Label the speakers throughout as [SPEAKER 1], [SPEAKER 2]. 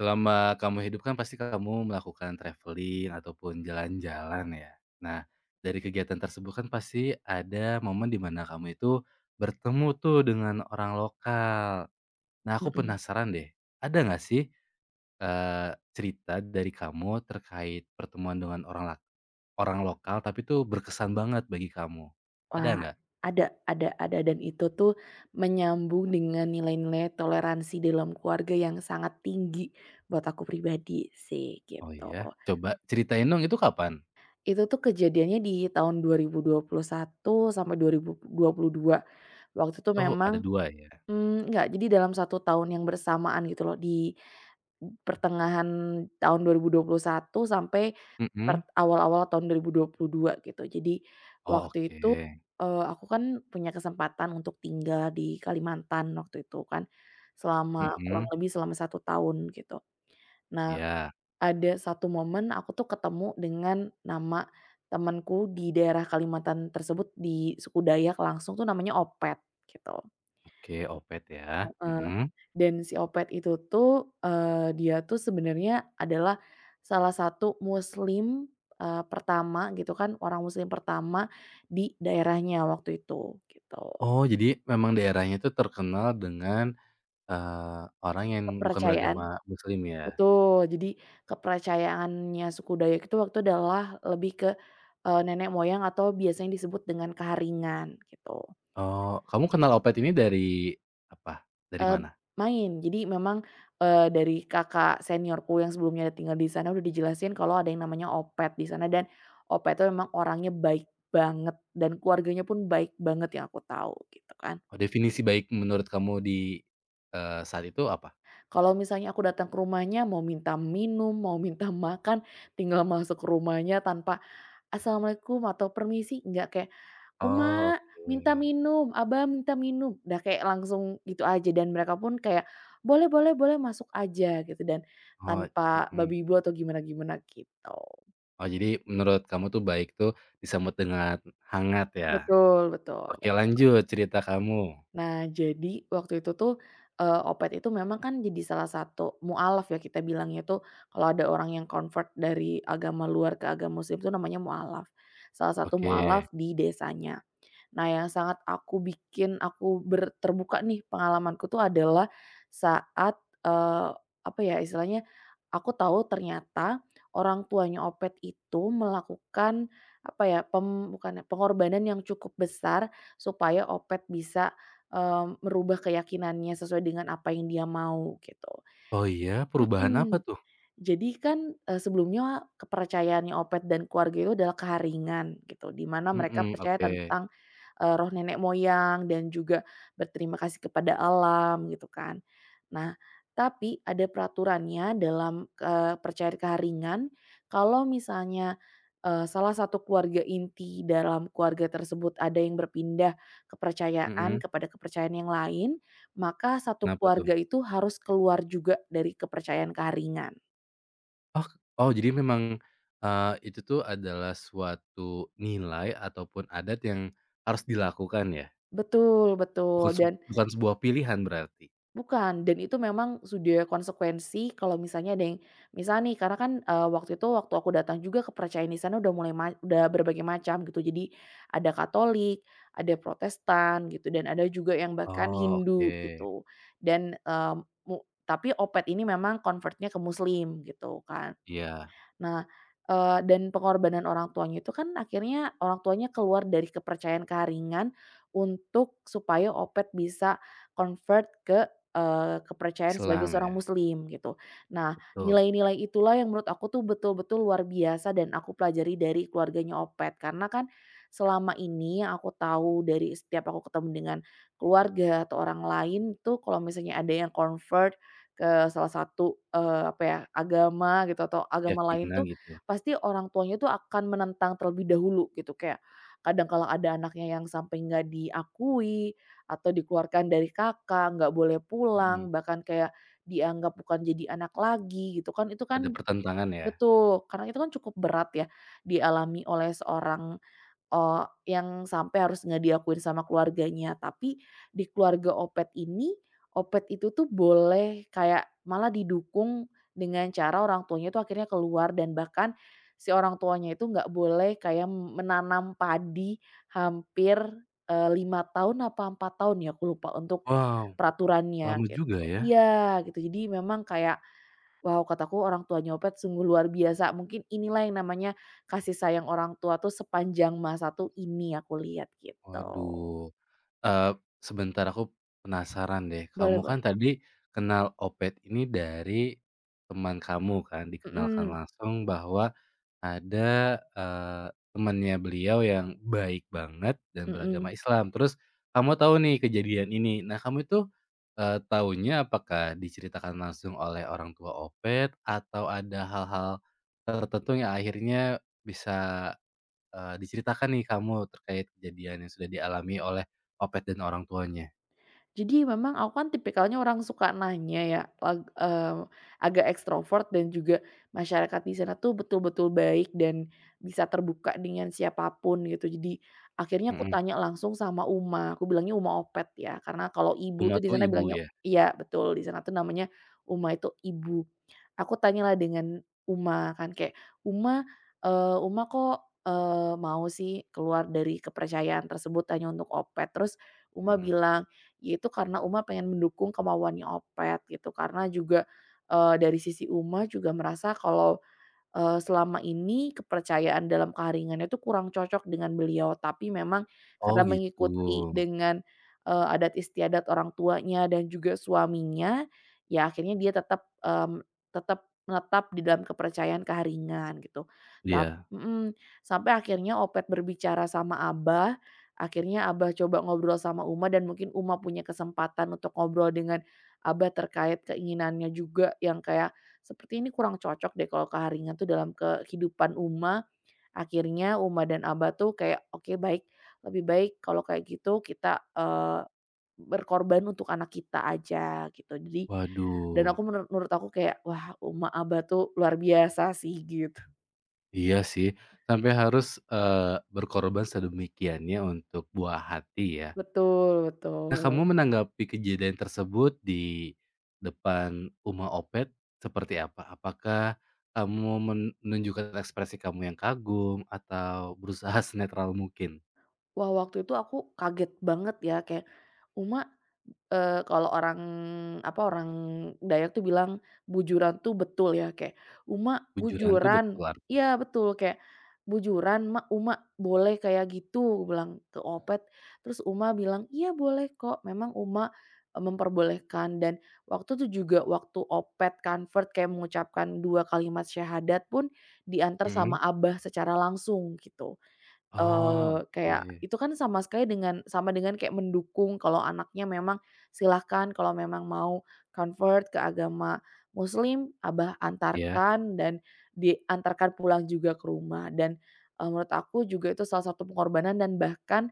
[SPEAKER 1] Selama kamu hidup kan pasti kamu melakukan traveling ataupun jalan-jalan ya. Nah, dari kegiatan tersebut kan pasti ada momen di mana kamu itu bertemu tuh dengan orang lokal. Nah, aku
[SPEAKER 2] Mhm.
[SPEAKER 1] penasaran deh, ada nggak sih eee, cerita dari kamu terkait pertemuan dengan orang lokal tapi tuh berkesan banget bagi kamu? Ada
[SPEAKER 2] Wah,
[SPEAKER 1] nggak?
[SPEAKER 2] ada dan itu tuh menyambung dengan nilai-nilai toleransi dalam keluarga yang sangat tinggi buat aku pribadi, sih,
[SPEAKER 1] Oh
[SPEAKER 2] gitu.
[SPEAKER 1] iya? Coba ceritain dong itu kapan?
[SPEAKER 2] Itu tuh kejadiannya di tahun dua dua ribu dua puluh satu sampai dua dua ribu dua puluh dua. Waktu itu
[SPEAKER 1] Oh ada
[SPEAKER 2] memang
[SPEAKER 1] dua ya?
[SPEAKER 2] enggak. Jadi dalam satu tahun yang bersamaan gitu loh, di pertengahan tahun dua dua ribu dua puluh satu sampai
[SPEAKER 1] Mhm.
[SPEAKER 2] awal-awal tahun 2022 gitu. Jadi
[SPEAKER 1] Oh
[SPEAKER 2] waktu itu,
[SPEAKER 1] oke.
[SPEAKER 2] aku kan punya kesempatan untuk tinggal di Kalimantan waktu itu kan, selama kurang
[SPEAKER 1] Mhm,
[SPEAKER 2] lebih selama satu tahun gitu. Nah,
[SPEAKER 1] ya.
[SPEAKER 2] ada satu momen aku tuh ketemu dengan nama temenku di daerah Kalimantan tersebut, di suku Dayak langsung tuh namanya Opet gitu.
[SPEAKER 1] Oke, Opet ya,
[SPEAKER 2] Eee,
[SPEAKER 1] mhm.
[SPEAKER 2] dan si Opet itu tuh, dia tuh sebenarnya adalah salah satu muslim, pertama gitu kan, orang muslim pertama di daerahnya waktu itu, gitu.
[SPEAKER 1] Oh, jadi memang daerahnya itu terkenal dengan, orang yang bukan beragama
[SPEAKER 2] Kepercayaan.
[SPEAKER 1] muslim ya?
[SPEAKER 2] Betul, jadi kepercayaannya suku Dayak itu waktu adalah lebih ke, nenek moyang atau biasanya disebut dengan keharingan, gitu.
[SPEAKER 1] Oh, kamu kenal Opet ini dari apa? Dari
[SPEAKER 2] Eee,
[SPEAKER 1] mana?
[SPEAKER 2] Main. Jadi memang, dari kakak seniorku yang sebelumnya tinggal di sana udah dijelasin kalau ada yang namanya opet di sana, dan opet itu memang orangnya baik banget dan keluarganya pun baik banget yang aku tahu gitu kan.
[SPEAKER 1] Oh, definisi baik menurut kamu di, saat itu apa?
[SPEAKER 2] Kalau misalnya aku datang ke rumahnya mau minta minum, mau minta makan, tinggal masuk ke rumahnya tanpa "Assalamualaikum" atau "Permisi", nggak, kayak,
[SPEAKER 1] Oh,
[SPEAKER 2] "Uma, minta
[SPEAKER 1] oke.
[SPEAKER 2] minum, Abah minta minum," udah kayak langsung gitu aja, dan mereka pun kayak, "Boleh boleh boleh, masuk aja," gitu dan
[SPEAKER 1] Oh,
[SPEAKER 2] tanpa
[SPEAKER 1] mhm.
[SPEAKER 2] babi ibu atau gimana-gimana gitu.
[SPEAKER 1] Oh, jadi menurut kamu tuh baik tuh disambut dengan hangat ya?
[SPEAKER 2] Betul betul.
[SPEAKER 1] Oke, lanjut cerita kamu.
[SPEAKER 2] Nah jadi waktu itu tuh, Opet itu memang kan jadi salah satu mualaf ya kita bilangnya tuh, kalau ada orang yang convert dari agama luar ke agama muslim itu namanya mualaf, salah satu
[SPEAKER 1] Oke.
[SPEAKER 2] mualaf di desanya. Nah, yang sangat aku bikin aku terbuka nih pengalamanku tuh adalah saat, eee, apa ya istilahnya, aku tahu ternyata orang tuanya Opet itu melakukan apa ya, bukan ya, pengorbanan yang cukup besar supaya Opet bisa, merubah keyakinannya sesuai dengan apa yang dia mau gitu.
[SPEAKER 1] Oh, iya? Perubahan apa
[SPEAKER 2] Mhm.
[SPEAKER 1] tuh?
[SPEAKER 2] Jadi kan, sebelumnya kepercayaannya Opet dan keluarga itu adalah keharingan gitu, di mana mereka
[SPEAKER 1] Mhm,
[SPEAKER 2] percaya
[SPEAKER 1] oke.
[SPEAKER 2] tentang, roh nenek moyang dan juga berterima kasih kepada alam gitu kan. Nah, tapi ada peraturannya dalam, percayaan keharingan kalau misalnya, salah satu keluarga inti dalam keluarga tersebut ada yang berpindah kepercayaan
[SPEAKER 1] Mhm,
[SPEAKER 2] kepada kepercayaan yang lain, maka satu
[SPEAKER 1] kenapa tuh?
[SPEAKER 2] keluarga itu harus keluar juga dari kepercayaan keharingan.
[SPEAKER 1] Oh oh, jadi memang, itu tuh adalah suatu nilai ataupun adat yang harus dilakukan ya?
[SPEAKER 2] Betul
[SPEAKER 1] Bukan
[SPEAKER 2] betul,
[SPEAKER 1] se
[SPEAKER 2] dan
[SPEAKER 1] Bukan sebuah pilihan berarti?
[SPEAKER 2] bukan, dan itu memang sudah konsekuensi kalau misalnya ada yang misalnya nih karena kan, waktu itu waktu aku datang juga kepercayaan di sana udah mulai udah berbagai macam gitu. Jadi ada Katolik, ada Protestan gitu, dan ada juga yang bahkan
[SPEAKER 1] Oh oke,
[SPEAKER 2] Hindu gitu. Dan, eee, mu Tapi opet ini memang convertnya ke Muslim gitu kan.
[SPEAKER 1] iya,
[SPEAKER 2] Nah, dan pengorbanan orang tuanya itu kan akhirnya orang tuanya keluar dari kepercayaan keharingan untuk supaya Opet bisa convert ke, kepercayaan sebagai
[SPEAKER 1] Islam
[SPEAKER 2] seorang
[SPEAKER 1] ya,
[SPEAKER 2] muslim gitu. Nah,
[SPEAKER 1] betul,
[SPEAKER 2] nilai-nilai itulah yang menurut aku tuh betul-betul luar biasa dan aku pelajari dari keluarganya Opet. Karena kan selama ini yang aku tahu dari setiap aku ketemu dengan keluarga atau orang lain tuh, kalau misalnya ada yang convert ke salah satu, apa ya, agama gitu atau agama lain
[SPEAKER 1] keyakinan
[SPEAKER 2] tuh,
[SPEAKER 1] gitu,
[SPEAKER 2] pasti orang tuanya tuh akan menentang terlebih dahulu gitu. Kayak kadang kalau ada anaknya yang sampai nggak diakui atau dikeluarkan dari kakak, nggak boleh
[SPEAKER 1] mhm,
[SPEAKER 2] pulang, bahkan kayak dianggap bukan jadi anak lagi gitu kan, itu
[SPEAKER 1] ada
[SPEAKER 2] kan
[SPEAKER 1] pertentangan ya?
[SPEAKER 2] betul, karena itu kan cukup berat ya dialami oleh seorang. Oh, yang sampai harus nggak diakuin sama keluarganya, tapi di keluarga Opet ini, Opet itu tuh boleh kayak malah didukung dengan cara orang tuanya itu akhirnya keluar dan bahkan si orang tuanya itu nggak boleh kayak menanam padi hampir, 5 tahun apa 4 tahun ya, aku lupa untuk
[SPEAKER 1] Wow,
[SPEAKER 2] peraturannya
[SPEAKER 1] lama
[SPEAKER 2] gitu.
[SPEAKER 1] juga ya?
[SPEAKER 2] Iya gitu, jadi memang kayak, wow, kataku orang tua nyopet sungguh luar biasa. Mungkin inilah yang namanya kasih sayang orang tua tuh sepanjang masa tuh ini aku lihat gitu.
[SPEAKER 1] Waduh. Eee, sebentar aku penasaran deh, kamu
[SPEAKER 2] Boleh boleh.
[SPEAKER 1] kan tadi kenal Opet ini dari teman kamu kan, dikenalkan
[SPEAKER 2] Mhm,
[SPEAKER 1] langsung bahwa ada, temannya beliau yang baik banget dan
[SPEAKER 2] mhm.
[SPEAKER 1] beragama Islam, terus kamu tahu nih kejadian ini. Nah kamu itu, tahunya apakah diceritakan langsung oleh orang tua Opet atau ada hal-hal tertentu yang akhirnya bisa diceritakan nih kamu terkait kejadian yang sudah dialami oleh Opet dan orang tuanya?
[SPEAKER 2] Jadi memang aku kan tipikalnya orang suka nanya ya, agak ekstrovert dan juga masyarakat di sana tuh betul-betul baik dan bisa terbuka dengan siapapun gitu. Jadi akhirnya aku
[SPEAKER 1] Mhm.
[SPEAKER 2] tanya langsung sama Uma, aku bilangnya Uma Opet ya, karena kalau ibu
[SPEAKER 1] Uma
[SPEAKER 2] tuh di
[SPEAKER 1] tuh
[SPEAKER 2] sana
[SPEAKER 1] ibu
[SPEAKER 2] bilangnya,
[SPEAKER 1] ya?
[SPEAKER 2] iya betul, di sana tuh namanya Uma itu ibu. Aku tanyalah dengan Uma kan kayak, "Uma, Uma kok, mau sih keluar dari kepercayaan tersebut hanya untuk Opet?" Terus Uma
[SPEAKER 1] Mhm.
[SPEAKER 2] bilang yaitu karena Uma pengen mendukung kemauannya Opet gitu, karena juga, dari sisi Uma juga merasa kalau selama ini kepercayaan dalam kearingannya itu kurang cocok dengan beliau, tapi memang
[SPEAKER 1] Oh
[SPEAKER 2] karena
[SPEAKER 1] gitu.
[SPEAKER 2] mengikuti dengan, adat istiadat orang tuanya dan juga suaminya, ya akhirnya dia tetap menetap di dalam kepercayaan kearingan gitu.
[SPEAKER 1] Iya.
[SPEAKER 2] Tapi sampai akhirnya Opet berbicara sama Abah, akhirnya Abah coba ngobrol sama Uma dan mungkin Uma punya kesempatan untuk ngobrol dengan Abah terkait keinginannya juga yang kayak, seperti ini kurang cocok deh kalau keharingan tuh dalam ke kehidupan Uma, akhirnya Uma dan Aba tuh kayak, "Oke baik, lebih baik kalau kayak gitu kita, berkorban untuk anak kita aja," gitu. Jadi
[SPEAKER 1] Waduh.
[SPEAKER 2] dan aku menurut menurut aku kayak, wah, Uma, Aba tuh luar biasa sih gitu.
[SPEAKER 1] Iya sih. Sampai harus, berkorban sedemikiannya untuk buah hati ya.
[SPEAKER 2] Betul
[SPEAKER 1] Nah kamu
[SPEAKER 2] betul.
[SPEAKER 1] menanggapi kejadian tersebut di depan uma Opet seperti apa? Apakah kamu menunjukkan ekspresi kamu yang kagum atau berusaha senetral mungkin?
[SPEAKER 2] Wah waktu itu aku kaget banget ya kayak, "Uma." Kalau orang, apa, orang Dayak tuh bilang bujuran tuh betul ya, kayak, "Uma
[SPEAKER 1] Bujuran tuh
[SPEAKER 2] bujuran."
[SPEAKER 1] betul
[SPEAKER 2] Iya betul, kayak, "Bujuran, Mak, Uma boleh kayak gitu?" gua bilang ke Opet, terus Uma bilang, "Iya boleh kok." Memang Uma, memperbolehkan dan waktu itu juga waktu Opet convert kayak mengucapkan 2 kalimat syahadat pun diantar
[SPEAKER 1] mhm.
[SPEAKER 2] sama Abah secara langsung gitu,
[SPEAKER 1] Oh,
[SPEAKER 2] eh kayak
[SPEAKER 1] oke.
[SPEAKER 2] itu kan sama sekali dengan sama dengan kayak mendukung kalau anaknya memang silahkan, kalau memang mau convert ke agama muslim, Abah
[SPEAKER 1] Iya,
[SPEAKER 2] antarkan dan diantarkan pulang juga ke rumah dan, menurut aku juga itu salah satu pengorbanan, dan bahkan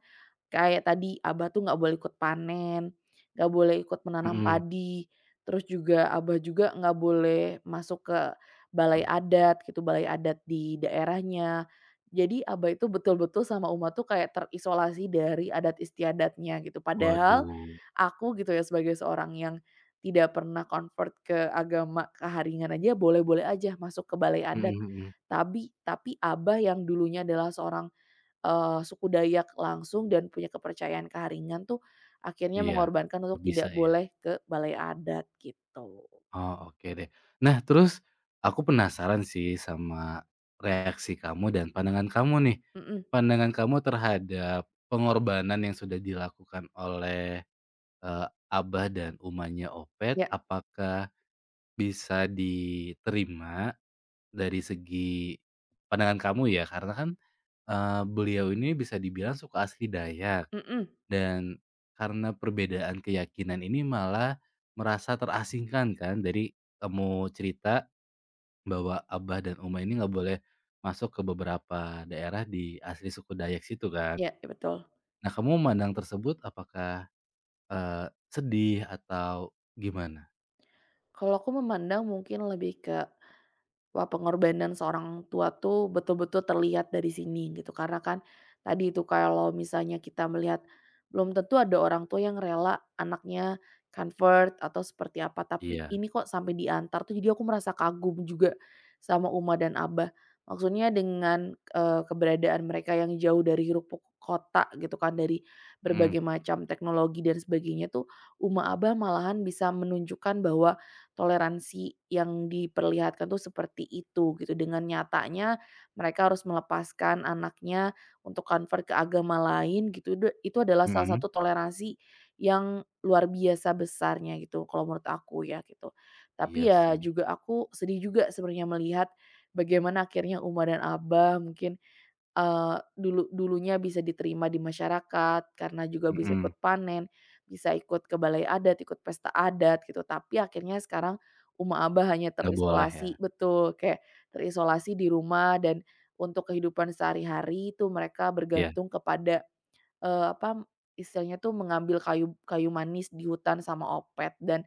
[SPEAKER 2] kayak tadi, Abah tuh nggak boleh ikut panen, nggak boleh ikut menanam
[SPEAKER 1] mhm.
[SPEAKER 2] padi, terus juga Abah juga nggak boleh masuk ke balai adat gitu, balai adat di daerahnya. Jadi Abah itu betul-betul sama Uma tuh kayak terisolasi dari adat istiadatnya gitu. Padahal
[SPEAKER 1] Waduh,
[SPEAKER 2] aku gitu ya sebagai seorang yang tidak pernah convert ke agama keharingan aja boleh-boleh aja masuk ke balai adat.
[SPEAKER 1] mhm mhm.
[SPEAKER 2] Tapi Abah yang dulunya adalah seorang suku Dayak langsung dan punya kepercayaan keharingan tuh, akhirnya
[SPEAKER 1] Iya,
[SPEAKER 2] mengorbankan untuk
[SPEAKER 1] nggak
[SPEAKER 2] tidak
[SPEAKER 1] bisa ya.
[SPEAKER 2] boleh ke balai adat gitu.
[SPEAKER 1] Oh, oke deh. Nah, terus aku penasaran sih sama reaksi kamu dan pandangan kamu nih.
[SPEAKER 2] Mhm,
[SPEAKER 1] Pandangan kamu terhadap pengorbanan yang sudah dilakukan oleh, abah dan umahnya Opet,
[SPEAKER 2] ya,
[SPEAKER 1] apakah bisa diterima dari segi pandangan kamu ya? Karena kan, beliau ini bisa dibilang suku asli Dayak.
[SPEAKER 2] mhm,
[SPEAKER 1] Dan karena perbedaan keyakinan ini malah merasa terasingkan kan dari kamu cerita bahwa abah dan uma ini nggak boleh masuk ke beberapa daerah di asli suku Dayak situ kan.
[SPEAKER 2] ya ya betul.
[SPEAKER 1] Nah kamu memandang tersebut apakah, eee, sedih atau gimana?
[SPEAKER 2] Kalau aku memandang mungkin lebih ke, wah, pengorbanan seorang tua tuh betul-betul terlihat dari sini gitu, karena kan tadi itu kalau misalnya kita melihat belum tentu ada orang tua yang rela anaknya convert atau seperti apa, tapi
[SPEAKER 1] Iya,
[SPEAKER 2] ini kok sampai diantar tuh jadi aku merasa kagum juga sama Uma dan Abah. Maksudnya dengan, keberadaan mereka yang jauh dari hiruk pikuk kota gitu kan, dari
[SPEAKER 1] mhm
[SPEAKER 2] berbagai macam teknologi dan sebagainya tuh, Uma Abah malahan bisa menunjukkan bahwa toleransi yang diperlihatkan tuh seperti itu gitu, dengan nyatanya mereka harus melepaskan anaknya untuk convert ke agama lain gitu, itu adalah salah
[SPEAKER 1] mhm.
[SPEAKER 2] satu toleransi yang luar biasa besarnya gitu kalau menurut aku ya gitu.
[SPEAKER 1] Iya
[SPEAKER 2] Tapi ya
[SPEAKER 1] sih,
[SPEAKER 2] juga aku sedih juga sebenarnya melihat bagaimana akhirnya Uma dan Abah mungkin dulunya bisa diterima di masyarakat, karena juga bisa
[SPEAKER 1] mhm,
[SPEAKER 2] ikut panen, bisa ikut ke balai adat, ikut pesta adat gitu, tapi akhirnya sekarang Uma Abah hanya
[SPEAKER 1] nggak boleh ya?
[SPEAKER 2] terisolasi betul, kayak terisolasi di rumah dan untuk kehidupan sehari-hari itu mereka
[SPEAKER 1] Iya,
[SPEAKER 2] bergantung kepada apa, istilahnya tuh mengambil kayu kayu manis di hutan sama opet, dan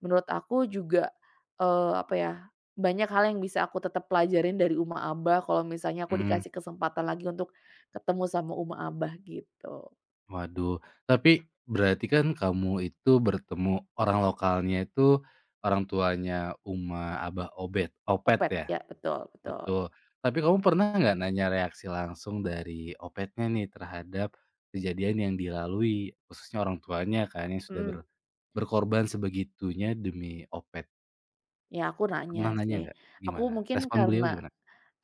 [SPEAKER 2] menurut aku juga, apa ya, banyak hal yang bisa aku tetap pelajarin dari Uma Abah kalau misalnya aku
[SPEAKER 1] mhm.
[SPEAKER 2] dikasih kesempatan lagi untuk ketemu sama Uma Abah gitu.
[SPEAKER 1] Waduh, tapi berarti kan kamu itu bertemu orang lokalnya itu orang tuanya Uma Abah Opet
[SPEAKER 2] Opet,
[SPEAKER 1] ya?
[SPEAKER 2] ya betul betul.
[SPEAKER 1] Betul. Tapi kamu pernah nggak nanya reaksi langsung dari Opetnya nih terhadap kejadian yang dilalui, khususnya orang tuanya kan yang sudah
[SPEAKER 2] Mhm,
[SPEAKER 1] berkorban sebegitunya demi Opet.
[SPEAKER 2] ya aku
[SPEAKER 1] Pernah
[SPEAKER 2] nanya
[SPEAKER 1] nanya
[SPEAKER 2] sih.
[SPEAKER 1] nggak?
[SPEAKER 2] Aku
[SPEAKER 1] Gimana?
[SPEAKER 2] mungkin
[SPEAKER 1] Respon beliau
[SPEAKER 2] karena
[SPEAKER 1] gimana?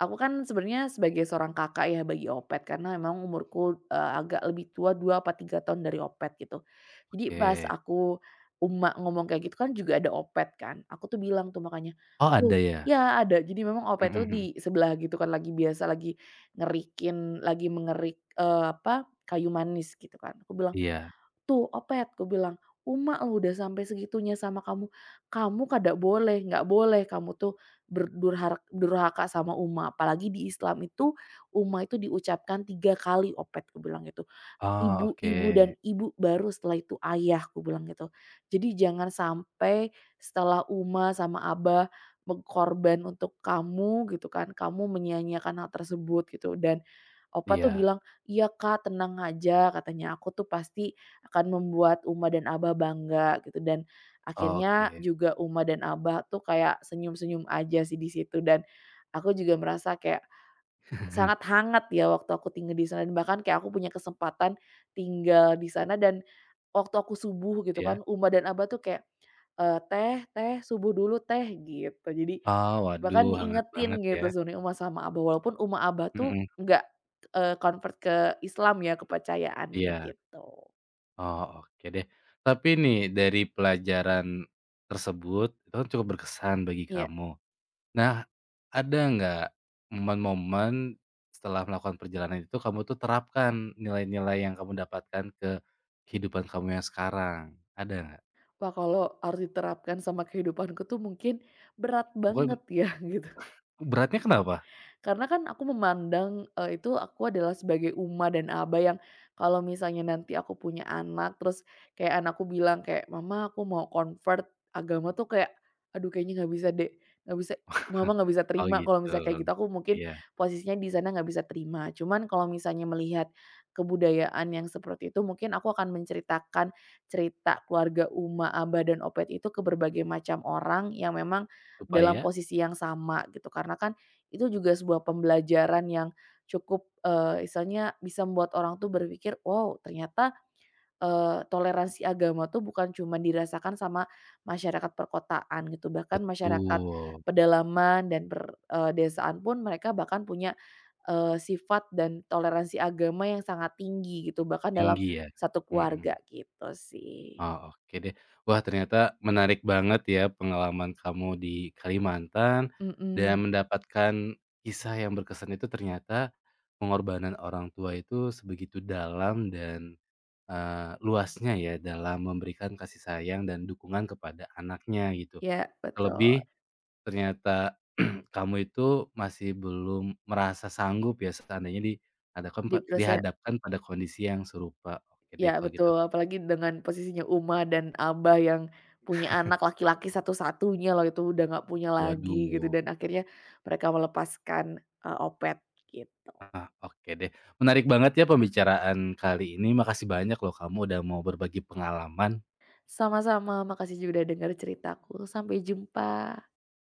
[SPEAKER 2] aku kan sebenarnya sebagai seorang kakak ya bagi Opet karena memang umurku, agak lebih tua 2 apa 3 tahun dari Opet gitu. Jadi pas
[SPEAKER 1] Oke.
[SPEAKER 2] uma ngomong kayak gitu kan juga ada Opet kan, aku tuh bilang tuh makanya,
[SPEAKER 1] Oh
[SPEAKER 2] "Uh"
[SPEAKER 1] ada ya?
[SPEAKER 2] ya ada, jadi memang Opet
[SPEAKER 1] Mhm
[SPEAKER 2] tuh
[SPEAKER 1] mhm.
[SPEAKER 2] di sebelah gitu kan lagi biasa lagi ngerikin lagi mengerik, apa, kayu manis gitu kan. Aku bilang,
[SPEAKER 1] Iya.
[SPEAKER 2] "Tuh, Opet," aku bilang, "Uma lo udah sampai segitunya sama kamu. Kamu nggak boleh kamu tuh durhaka sama Uma, apalagi di Islam itu, Uma itu diucapkan 3 kali, Opet," aku bilang gitu.
[SPEAKER 1] Oh
[SPEAKER 2] Ibu,
[SPEAKER 1] oke.
[SPEAKER 2] ibu dan ibu, baru setelah itu ayah, aku bilang gitu. Jadi jangan sampai setelah Uma sama Abah mengkorban untuk kamu gitu kan, kamu menyia-nyiakan hal tersebut gitu, dan opa tuh
[SPEAKER 1] Iya.
[SPEAKER 2] bilang, "Iya Kak, tenang aja," katanya, "aku tuh pasti akan membuat Uma dan Abah bangga," gitu, dan
[SPEAKER 1] Oh
[SPEAKER 2] akhirnya
[SPEAKER 1] oke.
[SPEAKER 2] juga Uma dan Abah tuh kayak senyum-senyum aja sih di situ, dan aku juga merasa kayak sangat hangat ya waktu aku tinggal di sana dan bahkan kayak aku punya kesempatan tinggal di sana dan waktu aku subuh gitu kan,
[SPEAKER 1] Iya.
[SPEAKER 2] Uma dan Abah tuh kayak, "Teh teh, subuh dulu teh," gitu. Jadi
[SPEAKER 1] Oh, waduh
[SPEAKER 2] bahkan
[SPEAKER 1] hangat
[SPEAKER 2] diingetin
[SPEAKER 1] banget ya,
[SPEAKER 2] gitu sebenarnya Uma sama Abah, walaupun Uma Abah tuh
[SPEAKER 1] mhm,
[SPEAKER 2] nggak, convert ke Islam ya kepercayaannya
[SPEAKER 1] iya,
[SPEAKER 2] gitu.
[SPEAKER 1] oh, oke deh. Tapi nih dari pelajaran tersebut, itu kan cukup berkesan bagi
[SPEAKER 2] Iya.
[SPEAKER 1] kamu. Nah, ada nggak momen-momen setelah melakukan perjalanan itu kamu tuh terapkan nilai-nilai yang kamu dapatkan ke kehidupan kamu yang sekarang, ada nggak?
[SPEAKER 2] Wah kalau harus diterapkan sama kehidupanku tuh mungkin berat banget
[SPEAKER 1] Bukan
[SPEAKER 2] ya gitu.
[SPEAKER 1] beratnya kenapa?
[SPEAKER 2] Karena kan aku memandang, itu aku adalah sebagai uma dan aba yang kalau misalnya nanti aku punya anak, terus kayak anakku bilang kayak, "Mama aku mau convert agama" tuh kayak, aduh kayaknya nggak bisa deh, nggak bisa mama nggak bisa
[SPEAKER 1] Oh
[SPEAKER 2] terima kalau
[SPEAKER 1] gitu,
[SPEAKER 2] misalnya kayak gitu, aku mungkin
[SPEAKER 1] iya,
[SPEAKER 2] posisinya di sana nggak bisa terima. Cuman kalau misalnya melihat kebudayaan yang seperti itu, mungkin aku akan menceritakan cerita keluarga uma, aba, dan opet itu ke berbagai macam orang yang memang dalam
[SPEAKER 1] supaya
[SPEAKER 2] posisi yang sama gitu. Karena kan itu juga sebuah pembelajaran yang cukup, istilahnya bisa membuat orang tuh berpikir, "Wow, ternyata, toleransi agama tuh bukan cuma dirasakan sama masyarakat perkotaan," gitu. Bahkan masyarakat
[SPEAKER 1] betul,
[SPEAKER 2] pedalaman dan desaan pun mereka bahkan punya, sifat dan toleransi agama yang sangat tinggi gitu, bahkan dalam
[SPEAKER 1] tinggi ya?
[SPEAKER 2] satu keluarga
[SPEAKER 1] Mhm.
[SPEAKER 2] gitu sih.
[SPEAKER 1] Oh, oke deh. Wah, ternyata menarik banget ya pengalaman kamu di Kalimantan dan
[SPEAKER 2] Mhm,
[SPEAKER 1] mendapatkan kisah yang berkesan itu ternyata pengorbanan orang tua itu sebegitu dalam dan eh, luasnya ya dalam memberikan kasih sayang dan dukungan kepada anaknya gitu.
[SPEAKER 2] ya betul,
[SPEAKER 1] Terlebih ternyata kamu itu masih belum merasa sanggup ya seandainya dihadapkan
[SPEAKER 2] di proses
[SPEAKER 1] dihadapkan pada kondisi yang serupa. Oke deh
[SPEAKER 2] ya
[SPEAKER 1] kalau gitu.
[SPEAKER 2] betul, apalagi dengan posisinya Uma dan Abah yang punya anak laki-laki satu-satunya loh itu, udah nggak punya lagi gitu,
[SPEAKER 1] Waduh.
[SPEAKER 2] dan akhirnya mereka melepaskan, Opet gitu.
[SPEAKER 1] Ah, oke deh. Menarik banget ya pembicaraan kali ini. Makasih banyak loh kamu udah mau berbagi pengalaman.
[SPEAKER 2] Sama-sama, makasih juga udah denger ceritaku, sampai jumpa.